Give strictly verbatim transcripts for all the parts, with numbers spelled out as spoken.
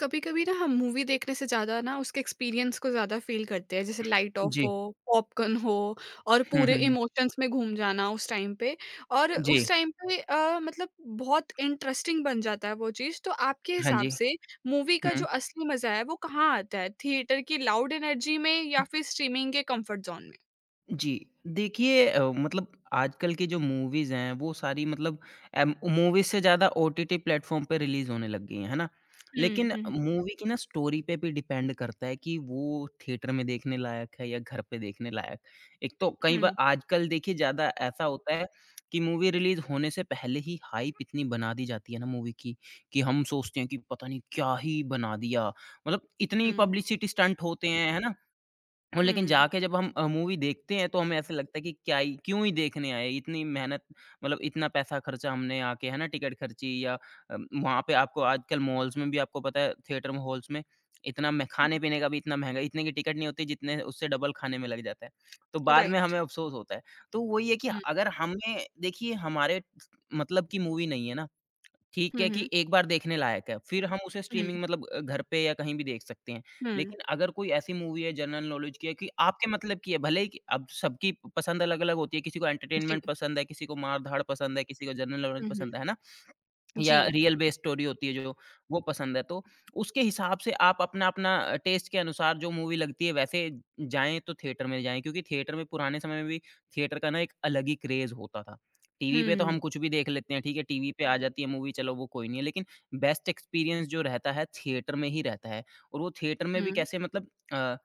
कभी कभी ना हम मूवी देखने से ज्यादा ना उसके एक्सपीरियंस को ज्यादा फील करते हैं। जैसे लाइट ऑफ जी। हो, पॉपकॉर्न हो और हुँ, पूरे हुँ, हुँ। इमोशंस में घूम जाना उस टाइम पे। और जी। उस टाइम पे अ, मतलब बहुत इंटरेस्टिंग बन जाता है वो चीज। तो आपके हाँ हिसाब जी। से मूवी का जो हुँ। असली मजा है वो कहाँ आता है, थिएटर की लाउड एनर्जी में या फिर स्ट्रीमिंग के कंफर्ट जोन में? जी, देखिए अ, मतलब आजकल की जो मूवीज़ हैं, वो सारी मतलब एम मूवीज़ से ज़्यादा ओटीटी प्लेटफ़ॉर्म पे रिलीज़ होने लग गई हैं, है ना? हम्म। लेकिन हम्म। मूवी की ना स्टोरी पे भी डिपेंड करता है कि वो थिएटर में देखने लायक है या घर पे देखने लायक। एक तो कई बार हम्म। आजकल देखिए ज़्यादा ऐसा होता है कि मूवी रिलीज़ होने से पहले ही हाइप इतनी बना दी जाती है ना मूवी की, कि हम सोचते हैं कि पता नहीं क्या ही बना दिया। मतलब इतनी हम्म। पब्लिसिटी स्टंट होते हैं, है ना? और लेकिन हम्म। जाके जब हम अ, मूवी देखते हैं तो हमें ऐसा लगता है कि क्या ही क्यों ही देखने आए? इतनी मेहनत मतलब इतना पैसा खर्चा हमने आके, है ना? टिकट खर्ची या अ, वहाँ पे आपको आजकल मॉल्स में भी आपको पता है थिएटर में हॉल्स में इतना में हम्म। खाने-पीने का भी इतना महँगा इतने की टिकट नहीं होती जितने उससे डबल खाने में लग जाता है। तो बाद में राइट। हमें अफ़सोस होता है। तो वही है कि हम्म। अगर हमें देखिए हमारे मतलब की मूवी नहीं है ना, ठीक है कि हम्म। एक बार देखने लायक है, फिर हम उसे हम्म। स्ट्रीमिंग मतलब अ, घर पे या कहीं भी देख सकते हैं। हम्म। लेकिन अगर कोई ऐसी मूवी है जनरल नॉलेज की है कि आपके मतलब की है, भले ही कि अब सबकी पसंद अलग-अलग होती है, किसी को जी। एंटरटेनमेंट पसंद है, किसी को मार-धाड़ पसंद है, किसी को जनरल नॉलेज हम्म हम्म। पसंद है, है ना? जी। या रियल बेस्ड स्टोरी होती है जो, वो पसंद है। तो उसके हिसाब से आप अपना-अपना अ, टेस्ट के अनुसार जो मूवी लगती है वैसे जाएँ तो थिएटर में जाएँ क्योंकि थिएटर में पुराने समय में भी थिएटर का ना एक अलग ही क्रेज़ होता था। टीवी पे तो हम्म। हम कुछ भी देख लेते हैं, ठीक है? टीवी पे आ जाती है मूवी चलो वो कोई नहीं है, लेकिन बेस्ट एक्सपीरियंस जो रहता है थिएटर में ही रहता है। और वो थिएटर में भी हम्म। कैसे मतलब अ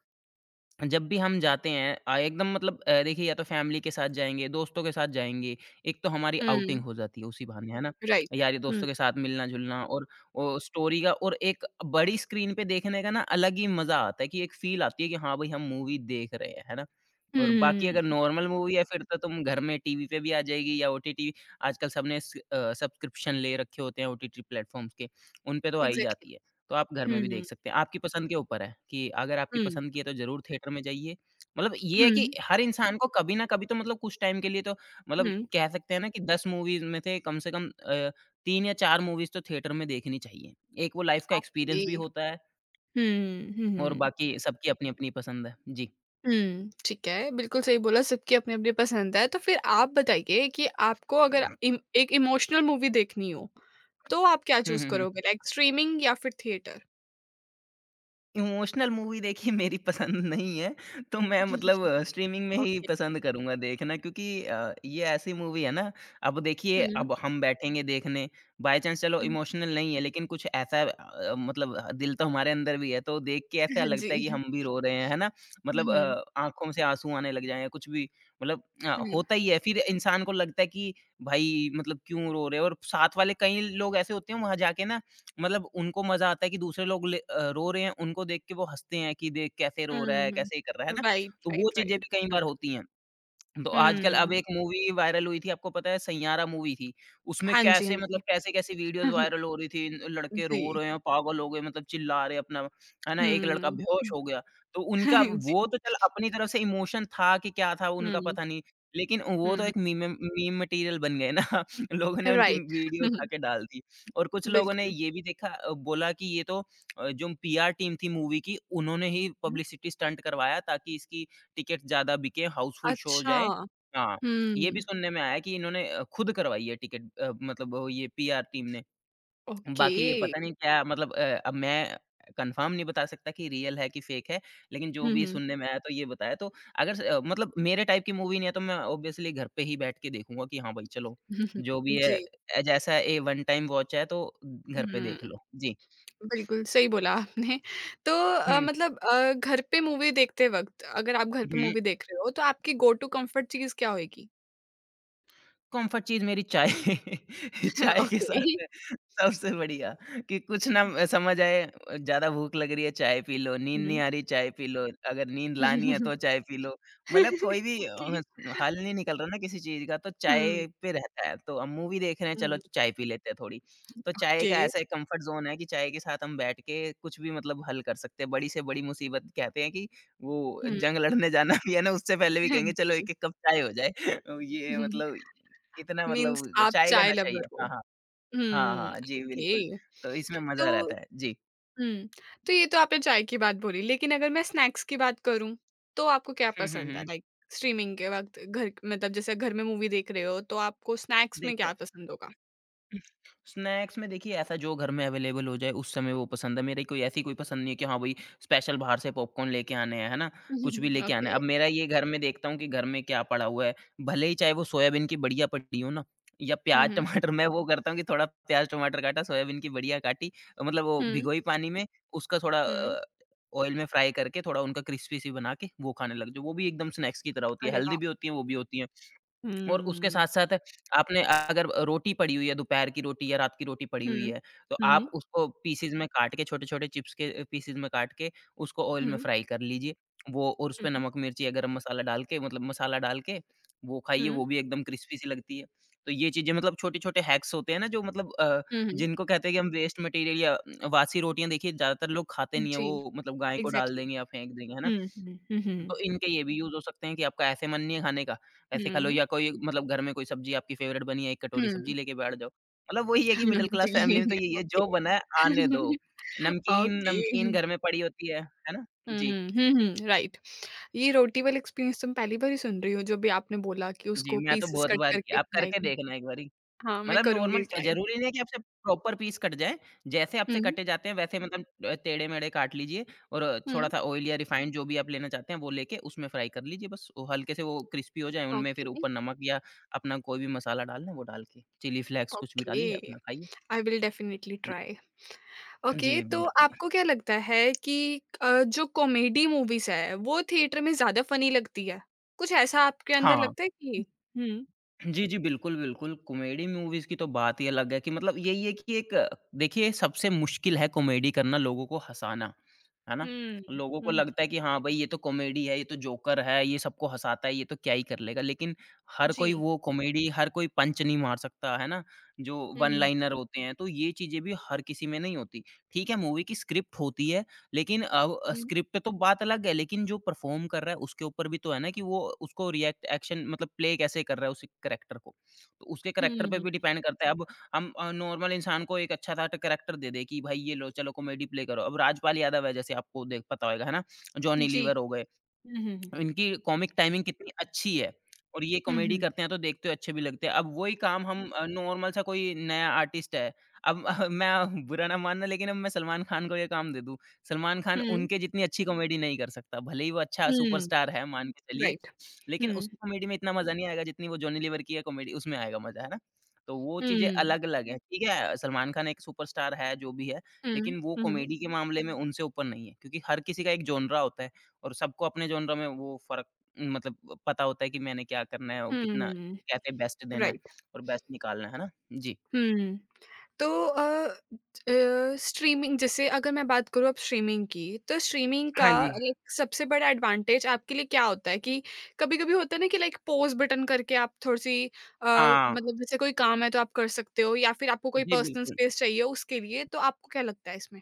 जब भी हम जाते हैं अ, एकदम मतलब अ, देखिए या तो फैमिली के साथ जाएँगे, दोस्तों के साथ जाएँगे, एक तो हमारी आउटिंग हम्म। हो जाती है उसी बहाने, है ना? राइट। यारी हुँ। दोस्तों के साथ मिलना-जुलना और ओ स्टोरी का और एक बड़ी स्क्रीन पे देखने का ना अलग ही मज़ा आता है कि एक फ़ील आती है कि हाँ भाई हम मूवी देख रहे हैं, है ना? और बाकी अगर हुँ, नॉर्मल मूवी है फिर तो तुम घर में टीवी पे भी आ जाएगी या ओटीटी आजकल सबने स अ, सब्सक्रिप्शन ले रखे होते हैं ओटीटी प्लेटफ़ॉर्म्स के, उन पे तो आ ही एग्ज़ैक्टली। जाती है। तो आप घर में भी हुँ, देख सकते हैं। आपकी पसंद के ऊपर है कि अगर आपकी हुँ, पसंद की है तो ज़रूर थिएटर में जाइए। मतलब ये है कि हुँ, हर इंसान को कभी ना कभी तो मतलब कुछ टाइम के लिए तो मतलब हुँ, कह सकते हैं ना कि दस मूवीज़ में से कम से कम अ, तीन या चार मूवीज़ तो थिएटर में देखनी चाहिए। एक वो लाइफ़ का एक्सपीरियंस ओके। भी होता है हुँ, हुँ, और हुँ। बाकी सबकी अपनी-अपनी पसंद है। जी। हुँ, ठीक है, बिल्कुल सही बोला, सबकी अपनी-अपनी पसंद है। तो फिर आप बताइए कि आपको अगर इम एक इमोशनल मूवी देखनी हो, तो आप क्या हुँ, चूज़ हुँ, हुँ। करोगे? लाइक स्ट्रीमिंग या फिर थिएटर? इमोशनल मूवी देखिए मेरी पसंद नहीं है, तो मैं मतलब स्ट्रीमिंग में ही ओके। पसंद करूँगा देखना क्योंकि अ, ये ऐसी मूवी है ना, अब देखिए हुँ, अब हम बैठेंगे देखने, बाय चांस चलो हुँ। इमोशनल नहीं है लेकिन कुछ ऐसा अ, मतलब दिल तो हमारे अंदर भी है, तो देख के ऐसा हाँ जी। लगता है कि हम भी रो रहे हैं, है ना? हुँ, मतलब हुँ, अ, आँखों से आँसू आने लग जाएँ या कुछ भी मतलब अ, हुँ, होता ही है फिर इंसान को लगता है कि भाई मतलब क्यों रो रहे हो और साथ वाले कई लोग ऐसे होते हैं वहाँ जाके ना मतलब उनको मज़ा आता है कि दूसरे लोग ले अ, रो रहे हैं, उनको देख के वो हँसते हैं कि देख कैसे रो रहा है, हुँ। कैसे ये कर रहा है, है ना? राइट, तो वो राइट, चीज़ें राइट। भी कई हुँ, बार होती हैं। तो आजकल अब हुँ। एक मूवी वायरल हुई थी, आपको पता है सैंयारा मूवी थी। उसमें हाँ जी, हाँ कैसे मतलब जी। कैसे-कैसे वीडियोज़ वायरल हो रही थी, न लड़के जी। रो रहे हैं, पागल हो गए मतलब चिल्ला रहे हैं अपना, है ना? एक लड़का हुँ, बेहोश हुँ। हो गया। तो उनका वो जी। तो चल अपनी तरफ से इमोशन था कि क्या था उनका हुँ, पता नहीं, लेकिन वो तो हुँ, एक मीम मीम मटीरियल बन गए ना, लोगों ने उनकी राइट। वीडियो उठा के डाल दी। और कुछ लोगों ने बिल्कुल। ये भी देखा अ, बोला कि ये तो अ, जो पीआर टीम थी मूवी की, उन्होंने ही हुँ, पब्लिसिटी स्टंट करवाया ताकि इसकी टिकट ज़्यादा बिके, हाउसफुल शो हो अच्छा, जाए हाँ, हुँ, ये भी सुनने में आया कि इन्होंने अ, खुद करवाई है टिकट अ, मतलब वो ये पीआर टीम ने। ओके, बाकी ये पता नहीं क्या मतलब अ, अब मैं कन्फर्म नहीं बता सकता कि रियल है कि फ़ेक है, लेकिन जो हुँ, भी हुँ। सुनने में आया तो ये बताया। तो अगर स अ, मतलब मेरे टाइप की मूवी नहीं है तो मैं ऑब्वियसली घर पे ही बैठ के देखूँगा कि हाँ भाई चलो, जो भी है जी, अ, जैसा ए वन टाइम वॉच है तो घर पे हुँ, देख लो। जी। बिल्कुल सही बोला आपने। तो अ, हुँ, मतलब अ, घर पे मूवी देखते वक़्त, अगर आप घर पे हुँ। मूवी देख रहे हो, तो आपकी गो टू कम्फर्ट चीज़ क्या होएगी? कम्फर्ट चीज़ मेरी चाय चाय के ओके, साथ सबसे बढ़िया कि कुछ हुँ। ना समझ आए, ज़्यादा भूख लग रही है चाय पी लो, नींद नहीं आ रही चाय पी लो, अगर नींद लानी है तो चाय पी लो। मतलब कोई भी ओके, अ, हल नहीं निकल रहा ना किसी चीज़ का तो हुँ, चाय पे रहता है। तो अब मूवी देख रहे हैं चलो हुँ, चाय पी लेते हैं थोड़ी। तो चाय ओके, का ऐसा एक कम्फर्ट ज़ोन है कि चाय के साथ हम बैठ के कुछ भी मतलब हल कर सकते हैं। बड़ी से बड़ी मुसीबत कहते हैं कि वो हुँ, जंग लड़ने जाना भी है ना उससे पहले भी हाँ कहेंगे चलो जी। एक-एक कप चाय हो जाए। ये मतलब इतना मीन्स मतलब आप चाय का चाय नशा ही लवर है। हो। हाँ, हाँ। हुँ, हाँ, हाँ। जी, बिल्कुल। ओके, तो इसमें मज़ा तो रहता है। जी। हुँ। तो ये तो आपने चाय की बात बोली, लेकिन अगर मैं स्नैक्स की बात करूँ, तो आपको क्या हुँ, हुँ, पसंद है? हुँ। लाइक स्ट्रीमिंग के वक़्त घर, मतलब जैसे घर में मूवी देख रहे हो, तो आपको स्नैक्स में देख क्या पसंद होगा? स्नैक्स में देखिए ऐसा जो घर में अवेलेबल हो जाए उस समय वो पसंद है। मेरी कोई ऐसी कोई पसंद नहीं है कि हाँ भाई स्पेशल बाहर से पॉपकॉर्न लेके आने हैं, है ना? कुछ भी लेके आना ओके। है। अब मेरा ये घर में देखता हूँ कि घर में क्या पड़ा हुआ है, भले ही चाहे वो सोयाबीन की बढ़िया पड़ी हो ना या हुँ, प्याज़ हुँ। टमाटर मैं वो करता हूँ कि थोड़ा प्याज़ टमाटर काटा, सोयाबीन की बढ़िया काटी मतलब वो हुँ, भिगोई पानी में उसका थोड़ा हुँ। अ, ऑयल में फ्राई करके थोड़ा उनका क्रिस्पी सी बना के वो खाने लग जाओ। वो भी एकदम स्नैक्स की तरह होती है, अरे हेल्दी भी वाह! होती हैं, वो भी होती हैं। और उसके हुँ। साथ-साथ आपने अगर रोटी पड़ी हुई है, दोपहर की रोटी या रात की रोटी पड़ी हुँ, हुई है, तो हुँ, हुँ, आप उसको पीसेज़ में काट के छोटे-छोटे चिप्स के अ, पीसेज़ में काट के उसको ऑयल में हुँ, फ्राई कर लीजिए। वो और उसपे हुँ, नमक, मिर्ची या गरम मसाला डाल के मतलब मसाला डाल के वो खाइए, वो भी एकदम क्रिस्पी सी लगती है। तो ये चीज़ें मतलब छोटे-छोटे हैक्स होते हैं ना जो मतलब अ, हुँ, हुँ। जिनको कहते हैं कि हम वेस्ट मटीरियल या वासी रोटियाँ देखिए ज़्यादातर लोग खाते नहीं हैं, जी, वो मतलब गाय को डाल एग्ज़ैक्टली। देंगे या फेंक देंगे, है ना? हुँ, हुँ, हुँ, हुँ। तो इनके ये भी यूज़ हो सकते हैं कि आपका ऐसे मन नहीं है खाने का, ऐसे खा लो हुँ, या कोई मतलब घर में कोई सब्ज़ी आपकी फ़ेवरेट बनी है, एक कटोरी सब्ज़ी हुँ। लेके बैठ जाओ। मतलब वही है कि मिडल क्लास फ़ैमिली में जी, तो यही है ओके। जो बना है आने दो। नमकीन ओके। नमकीन घर में पड़ी होती है, है ना? हुँ, जी, हुँ, हुँ, राइट। ये रोटी वाला एक्सपीरियंस तो मैं पहली बार ही सुन रही हूँ, जो भी आपने बोला कि जी, उसको मैं तो पीसेस बहुत कट बार करके किया आप फ्राई करके करके। देखना एक बारी। हाँ, मैं मतलब करूँगी नॉर्मल ट्राई। ज़रूरी नहीं है कि आपसे प्रॉपर पीस कट जाए, जैसे आपसे हुँ, कटे जाते हैं वैसे मतलब अ, टेढ़े-मेढ़े काट लीजिए और हुँ। थोड़ा-सा ऑयल या रिफाइंड जो भी आप लेना चाहते हैं वो लेके उसमें फ्राई कर लीजिए बस वो हल्के से वो क्रिस्पी हो जाएँ, उनमें फिर ओके, ऊपर नमक या अपना कोई भी मसाला डालना है वो डाल के, चिली फ्लेक्स कुछ भी ओके। डालिए अपना खाइए। I will definitely try. Okay, जी, तो बिल्कुल। आपको क्या लगता है कि अ, जो कॉमेडी मूवीज़ है, वो थिएटर में ज़्यादा फ़नी लगती है? कुछ ऐसा आपके अंदर हाँ। लगता है कि? हुँ, जी, जी, बिल्कुल, बिल्कुल। कॉमेडी मूवीज़ की तो बात ही अलग है कि मतलब यही है कि एक देखिए सबसे मुश्किल है कॉमेडी करना, लोगों को हँसाना, है ना? हुँ, लोगों को हुँ, लगता है कि हाँ भाई ये तो कॉमेडी है, ये तो जोकर है, ये सबको हँसाता है, ये तो क्या ही कर लेगा। लेकिन हर कोई जी। वो कॉमेडी हर कोई पंच नहीं मार सकता, है ना? जो वन हुँ, लाइनर होते हैं, तो ये चीज़ें भी हर किसी में नहीं होती। ठीक है, मूवी की स्क्रिप्ट होती है लेकिन अब हुँ, स्क्रिप्ट तो बात अलग है, लेकिन जो परफ़ॉर्म कर रहा है उसके ऊपर भी तो है ना कि वो उसको रिएक्ट एक्शन मतलब प्ले कैसे कर रहा है उस करैक्टर को। तो उसके करैक्टर पे हुँ, भी डिपेंड करता है। अब हम अ, नॉर्मल इंसान को एक अच्छा-सा करैक्टर दे दें कि भाई ये लो चलो कॉमेडी प्ले करो। अब राजपाल यादव है जैसे आपको देख पता होगा है ना? जॉनी जी। लीवर हो गए। हुँ, हुँ, इनकी कॉमिक टाइमिंग कितनी अच्छी है और ये हुँ, कॉमेडी हुँ, करते हैं तो देखते हुए अच्छे भी लगते हैं। अब वही काम हम अ, नॉर्मल सा कोई नया आर्टिस्ट है, अब मैं बुरा ना मानना लेकिन अब मैं सलमान खान को ये काम दे दूँ, सलमान खान हुँ, उनके जितनी अच्छी कॉमेडी नहीं कर सकता। भले ही वो अच्छा हुँ, सुपरस्टार है मान के चलिए, राइट। लेकिन हुँ, उसकी कॉमेडी में इतना मज़ा नहीं आएगा जितनी वो जॉनी लीवर की है कॉमेडी उसमें आएगा मज़ा, है ना? तो वो चीज़ें हुँ। अलग-अलग हैं, ठीक है सलमान खान एक सुपरस्टार है जो भी है, हुँ। लेकिन वो हुँ, हुँ। कॉमेडी के मामले में उनसे ऊपर नहीं है क्योंकि हर किसी का एक जॉनरा होता है। और सबको अपने जॉनरा में वो फ़र्क मतलब पता होता है कि मैंने क्या करना है और कितना हुँ, कैसे बेस्ट देना है राइट। और बेस्ट निकालना है, है ना? जी। हुँ, तो अ, अ, स्ट्रीमिंग, जैसे अगर मैं बात करूँ अब स्ट्रीमिंग की, तो स्ट्रीमिंग का हाँ जी। लाइक सबसे बड़ा एडवांटेज आपके लिए क्या होता है कि कभी-कभी होता है ना कि लाइक पॉज़ बटन करके आप थोड़ी-सी अ, हाँ। मतलब जैसे कोई काम है तो आप कर सकते हो, या फिर आपको कोई जी, पर्सनल बिल्कुल। स्पेस चाहिए उसके लिए, तो आपको क्या लगता है इसमें?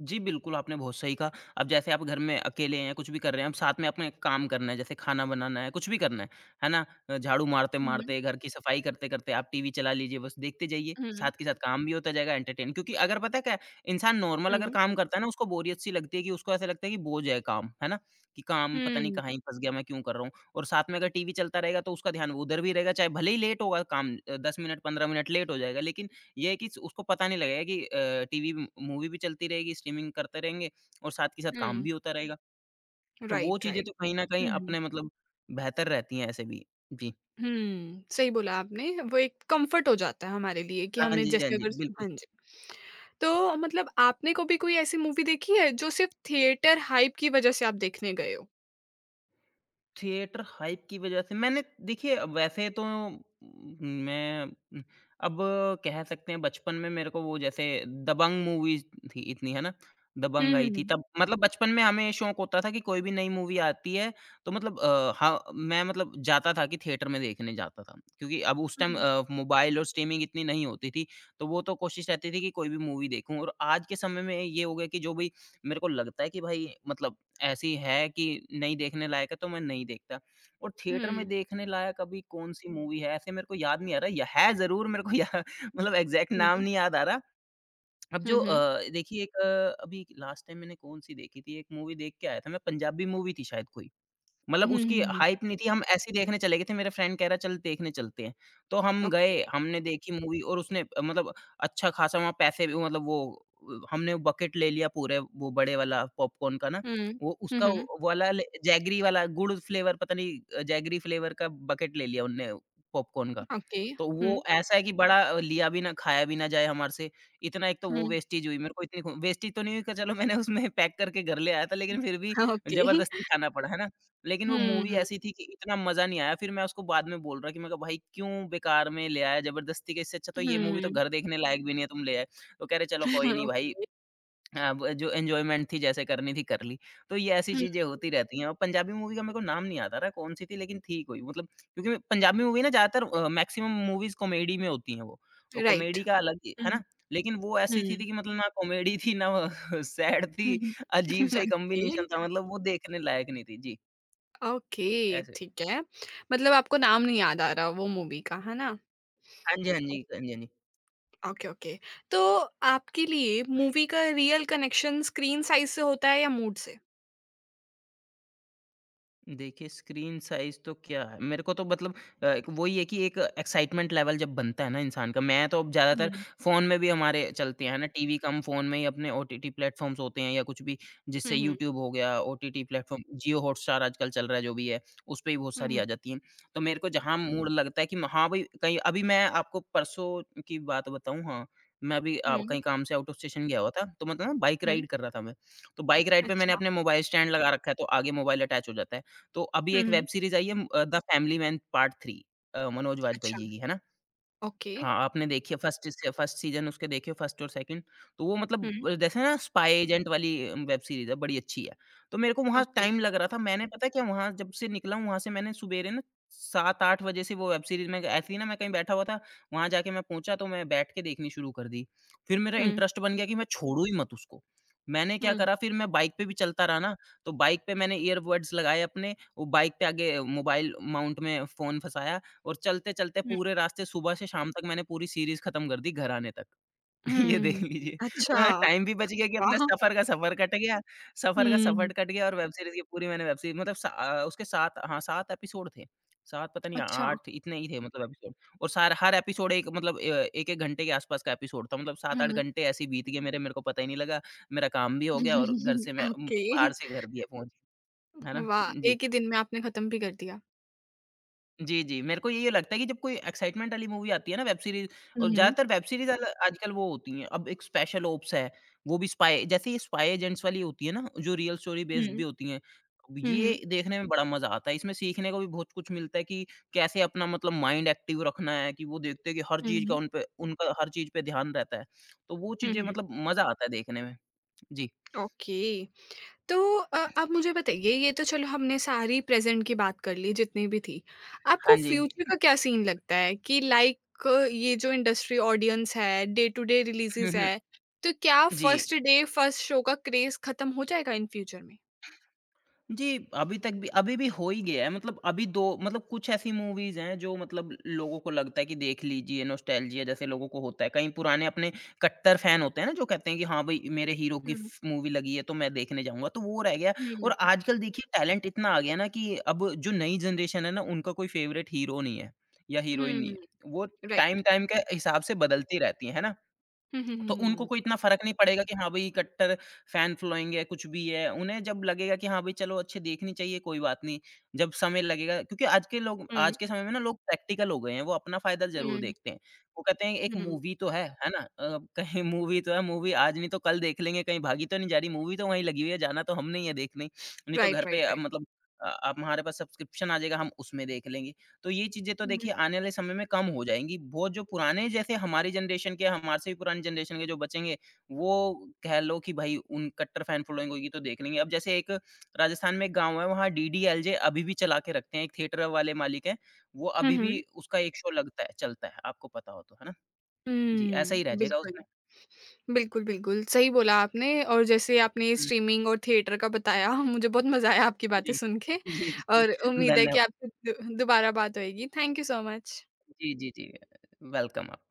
जी, बिल्कुल, आपने बहुत सही कहा। अब जैसे आप घर में अकेले हैं, कुछ भी कर रहे हैं, अब साथ में अपने काम करना है, जैसे खाना बनाना है, कुछ भी करना है, है ना? अ, झाड़ू हुँ, मारते-मारते, घर की सफाई करते-करते आप टीवी चला लीजिए, बस देखते जाइए, हुँ, साथ के साथ काम भी होता जाएगा, एंटरटेन क्योंकि अगर पता है क्या है, इंसान नॉर्मल अगर हुँ, काम करता है ना, उसको बोरियत सी लगती है कि उसको ऐसा लगता है कि बोझ है काम, है ना? कि काम पता नहीं हुँ, कहाँ ही फँस गया, मैं क्यों कर रहा हूँ? और साथ में अगर टीवी चलता रहेगा, तो उसका ध्यान वो उधर भी रहेगा, चाहे भले ही लेट होगा काम अ, दस मिनट, पंद्रह मिनट लेट हो जाएगा, लेकिन ये है कि स उसको पता नहीं लगेगा कि अ, टीवी म मूवी भी चलती रहेगी, स्ट्रीमिंग करते रहेंगे और साथ के साथ काम हुँ, भी होता रहेगा। तो वो राइट, चीज़ें राइट। तो कहीं न कहीं हुँ। अपने मतलब बेहतर रहती हैं ऐसे भी। जी। हुँ, सही बोला आपने। वो एक कम्फ़र्ट हो जाता है हमारे लिए कि हाँ हमने जी, हाँ जैसे जी। अगर। बिल्कुल। हाँ जी। तो मतलब आपने कभी कोई ऐसी मूवी देखी है जो सिर्फ़ थिएटर हाइप की वज़ह से आप देखने गए हो? थिएटर हाइप की वजह से मैंने देखिए वैसे तो म, मैं म, अब कह सकते हैं बचपन में मेरे को वो जैसे दबंग मूवीज़ थी इतनी है ना? दबंग हुँ, हुँ, आई थी हुँ। तब मतलब बचपन में हमें शौक होता था कि कोई भी नई मूवी आती है तो मतलब अ, हाँ, मैं मतलब जाता था कि थिएटर में देखने जाता था। क्योंकि अब उस टाइम अ, मोबाइल और स्ट्रीमिंग इतनी नहीं होती थी, तो वो तो कोशिश रहती थी कि कोई भी मूवी देखूँ और आज के समय में ये हो गया कि जो भी मेरे को लगता है कि भाई मतलब ऐसी है कि नहीं देखने लायक है तो मैं नहीं देखता और हुँ, थिएटर में हुँ, देखने लायक अभी कौन-सी मूवी है ऐसे मेरे को याद नहीं आ रहा, या है ज़रूर मेरे को या मतलब एग्ज़ैक्ट हुँ, नाम हुँ, नहीं याद आ रहा। अब हुँ, जो हुँ, अ, देखिए एक अ, अभी लास्ट टाइम मैंने कौन-सी देखी थी, एक मूवी देख के आया था मैं, पंजाबी मूवी थी शायद कोई। मतलब हुँ, उसकी हुँ, हुँ। हाइप नहीं थी, हम ऐसे ही देखने चले गए थे, मेरा फ्रेंड कह रहा चल देखने चलते हैं। तो हम ओके। गए, हमने देखी मूवी और उसने अ, मतलब अच्छा खासा वहाँ पैसे भी मतलब वो अ, हमने बकेट ले लिया पूरे वो बड़े वाला पॉपकॉर्न का ना, हुँ, वो हुँ, उसका हुँ, वो वाला ले जैगरी वाला गुड़ फ्लेवर पता नहीं अ, जैगरी फ्लेवर का बकेट ले लिया उनने पॉपकॉर्न का। ओके। तो वो हुँ, ऐसा है कि बड़ा अ, लिया भी ना, खाया भी ना जाए हमारे से, इतना एक तो वो हुँ, वेस्टेज हुई मेरे को इतनी वेस्टेज तो नहीं हुई कि चलो मैंने उसमें पैक करके घर ले आया था, लेकिन हुँ, फिर भी हाँ, ओके। ज़बरदस्ती खाना पड़ा, है ना? लेकिन वो हुँ, मूवी हुँ, ऐसी थी कि इतना मज़ा नहीं आया, फिर मैं उसको बाद में बोल रहा कि मैं कहा भाई क्यों बेकार में ले आया ज़बरदस्ती के इससे अच्छा तो ये मूवी तो घर देखने लायक भी नहीं है, तुम ले आए। तो कह रहे चलो कोई नहीं भाई ओके। अब जो एन्जॉयमेंट थी जैसे करनी थी कर ली। तो ये ऐसी हुँ, चीज़ें होती रहती हैं और पंजाबी मूवी का मेरे को नाम नहीं याद आ रहा कौन-सी थी लेकिन थी कोई मतलब क्योंकि पंजाबी मूवी ना ज़्यादातर अ, मैक्सिमम मूवीज़ कॉमेडी में होती हैं वो। तो राइट। कॉमेडी का अलग ही है हुँ, ना? लेकिन वो ऐसी थी थी हुँ, कि मतलब ना कॉमेडी थी ना सैड हुँ, थी, हुँ, अजीब-सा ही ओके। कॉम्बिनेशन था मतलब वो देखने लायक नहीं थी। जी, ओके, ऐसे। ठीक है। मतलब आपको नाम नहीं याद आ रहा वो मूवी का, है ना? 安静，安 ओ 静，安静，你。ओके, ओके। तो आपके लिए मूवी का रियल कनेक्शन स्क्रीन साइज़ से होता है या मूड से? देखिए, स्क्रीन साइज़ तो क्या है, मेरे को तो मतलब अ, एक वही है कि एक एक्साइटमेंट लेवल जब बनता है ना इंसान का मैं तो अब ज़्यादातर हुँ। फ़ोन में भी हमारे चलते हैं ना, टीवी कम फ़ोन में ही अपने ओ टी टी प्लेटफ़ॉर्म्स होते हैं या कुछ भी जिससे हुँ, हुँ। यूट्यूब हो गया, O T T platform, Jio Hotstar आजकल चल रहा है जो भी है, उसपे भी बहुत हुँ, सारी हुँ। आ जाती हैं। तो मेरे को जहाँ मूड लगता है कि हाँ भाई, कहीं अभी मैं आपको परसों की बात बताऊँ हाँ, मैं अभी अ, हुँ, कहीं काम से आउट ऑफ स्टेशन गया हुआ था, तो मतलब ना बाइक हुँ। राइड कर रहा था मैं। तो बाइक राइड पे मैंने अच्छा। अपने मोबाइल स्टैंड लगा रखा है, तो आगे मोबाइल अटैच हो जाता है। तो अभी हुँ, एक वेब हुँ। सीरीज़ आई है अ, the family man part three अ, मनोज वाजपेयी अच्छा, जी की, है ना? ओके। हाँ, आपने देखी है फर्स्ट से फर्स्ट सीज़न उसके देखे फर्स्ट और सेकंड, तो वो हुँ, मतलब जैसे ना स्पाई एजेंट वाली वेब सीरीज़ है, बड़ी अच्छी है। तो मेरे को वहाँ ओके। टाइम लग रहा था, मैंने पता है क्या वहाँ जब से निकला हूँ, वहाँ से मैंने सुबेरे ना सात आठ बजे से वो वेब सीरीज़ में ऐसे ही ना मैं कहीं बैठा हुआ था, वहाँ जाके मैं पहुँचा तो मैं बैठ के देखनी शुरू कर दी। फिर मेरा हुँ, इंटरेस्ट बन गया कि मैं छोड़ूँ ही मत उसको। मैंने क्या हुँ, करा फिर मैं बाइक पे भी चलता रहा ना, तो बाइक पे मैंने ईयरबड्स लगाए अपने, वो बाइक पे आगे मोबाइल माउंट में फ़ोन फँसाया और चलते-चलते हुँ, पूरे रास्ते सुबह से शाम तक मैंने पूरी सीरीज़ खत्म कर दी घर आने तक। ये देख हुँ। लीजिए। वहाँ अच्छा, टाइम भी बच गया कि अपना वाह! सफ़र का सफ़र कट गया सफ़र का हुँ, सफ़र कट गया और वेब सीरीज़ की पूरी मैंने वेब सीरीज़ मतलब सा अ, उसके सात हाँ, सात एपिसोड थे। सात पता नहीं अच्छा। आठ इतने ही थे मतलब एपिसोड और सार हर एपिसोड एक मतलब ए एक एक घंटे के आसपास का एपिसोड था। मतलब सात आठ हुँ। घंटे ऐसे ही बीत गए मेरे, मेरे को पता ही नहीं लगा। मेरा काम भी हो गया और घर से मैं उम, ओके। बाहर से घर भी है पहुँच है ना? वाह! जी। एक ही दिन में आपने खत्म भी कर दिया। जी, जी। मेरे को ये लगता है कि जब कोई एक्साइटमेंट वाली मूवी आती है ना वेब सीरीज़ हुँ, और हुँ। ज़्यादातर वेब सीरीज़ अल आजकल वो होती हैं। अब एक स्पेशल ओप्स है, वो भी स्पाई जैसे ये स्पाई एजेंट्स वाली होती है ना, जो रियल स्टोरी हुँ, बेस्ड भी हुँ। होती हैं। अब हुँ, ये हुँ। देखने में बड़ा मज़ा आता है। इसमें सीखने को भी बहुत कुछ मिलता है कि कैसे अपना मतलब माइंड एक्टिव रखना है कि वो देखते हैं कि हर चीज़ का हुँ, उन पे उनका हर चीज़ पे ध्यान रहता है। तो वो चीज़ें हुँ। मतलब मज़ा आता है देखने में। जी। ओके, तो अ, आप मुझे बताइए, ये तो चलो हमने सारी प्रेजेंट की बात कर ली जितनी भी थी। आपको हाँ जी। फ्यूचर का क्या सीन लगता है कि लाइक ये जो इंडस्ट्री ऑडियंस है, डे टू डे हुँ, रिलीजेस हुँ। है, तो क्या जी। फर्स्ट डे फर्स्ट शो का क्रेज खत्म हो जाएगा इन फ्यूचर में? जी, अभी तक भी अभी भी हो ही गया है मतलब अभी दो मतलब कुछ ऐसी मूवीज़ हैं जो मतलब लोगों को लगता है कि देख लीजिए, नॉस्टैल्जिया जैसे लोगों को होता है। कहीं पुराने अपने कट्टर फ़ैन होते हैं ना जो कहते हैं कि हाँ भाई मेरे हीरो की हम्म फ़ मूवी लगी है तो मैं देखने जाऊँगा, तो वो रह गया और हम्म। आजकल देखिए टैलेंट इतना आ गया ना कि अब जो नई जनरेशन है ना उनका कोई फ़ेवरेट हीरो नहीं है या हीरोइन नहीं हम्म। है। वो राइट। टाइम-टाइम के हिसाब से बदलती रहती है, है ना? हम्म तो उनको हम्म। कोई इतना फ़र्क नहीं पड़ेगा कि हाँ, भई कट्टर फैन फ़ॉलोइंग है, कुछ भी है। उन्हें जब लगेगा कि हाँ, भई चलो अच्छे देखनी चाहिए, कोई बात नहीं। जब समय लगेगा क्योंकि आज के लोग हम्म। आज के समय में ना लोग प्रैक्टिकल हो गए हैं, वो अपना फ़ायदा ज़रूर हम्म देखते हैं। वो कहते हैं एक हम्म, मूवी तो है, है ना? अ, कहीं मूवी तो है, मूवी आज नहीं तो कल देख लेंगे, कहीं भागी तो नहीं जा रही, मूवी तो वहीं लगी हुई है, जाना तो हमने ही है देखने। नहीं तो घर राइट पे राइट अ, राइट। मतलब अ, अब हमारे पास सब्सक्रिप्शन आ जाएगा, हम उसमें देख लेंगे। तो ये चीज़ें तो हम्म right, right, देखिए right, आने वाले समय में कम हो जाएँगी। वो जो पुराने जैसे हमारी जनरेशन के हमारे से भी पुरानी जनरेशन के जो बचेंगे, वो कह लो कि भई उन कट्टर फैन फॉलोइंग होगी तो देख लेंगे। अब जैसे एक राजस्थान में एक गाँव है वहाँ डी डी एल जे अभी भी चला के रखते हैं, एक थिएटर वाले मालिक हैं, वो हम्म अभी हम्म भी हम्म, उसका एक शो लगता है, चलता है, आपको पता हो तो, है ना? जी, ऐसा ही रह हम्म, जाएगा बिल्कुल। उसमें बिल्कुल, बिल्कुल, सही बोला आपने। और जैसे आपने हुँ, स्ट्रीमिंग और थिएटर का बताया, मुझे बहुत मज़ा आया आपकी बातें जी। सुन के। जी, जी, और उम्मीद है कि धन्यवाद। आपसे दो दोबारा बात होएगी। Thank you so much. जी, जी, जी, वेलकम आप।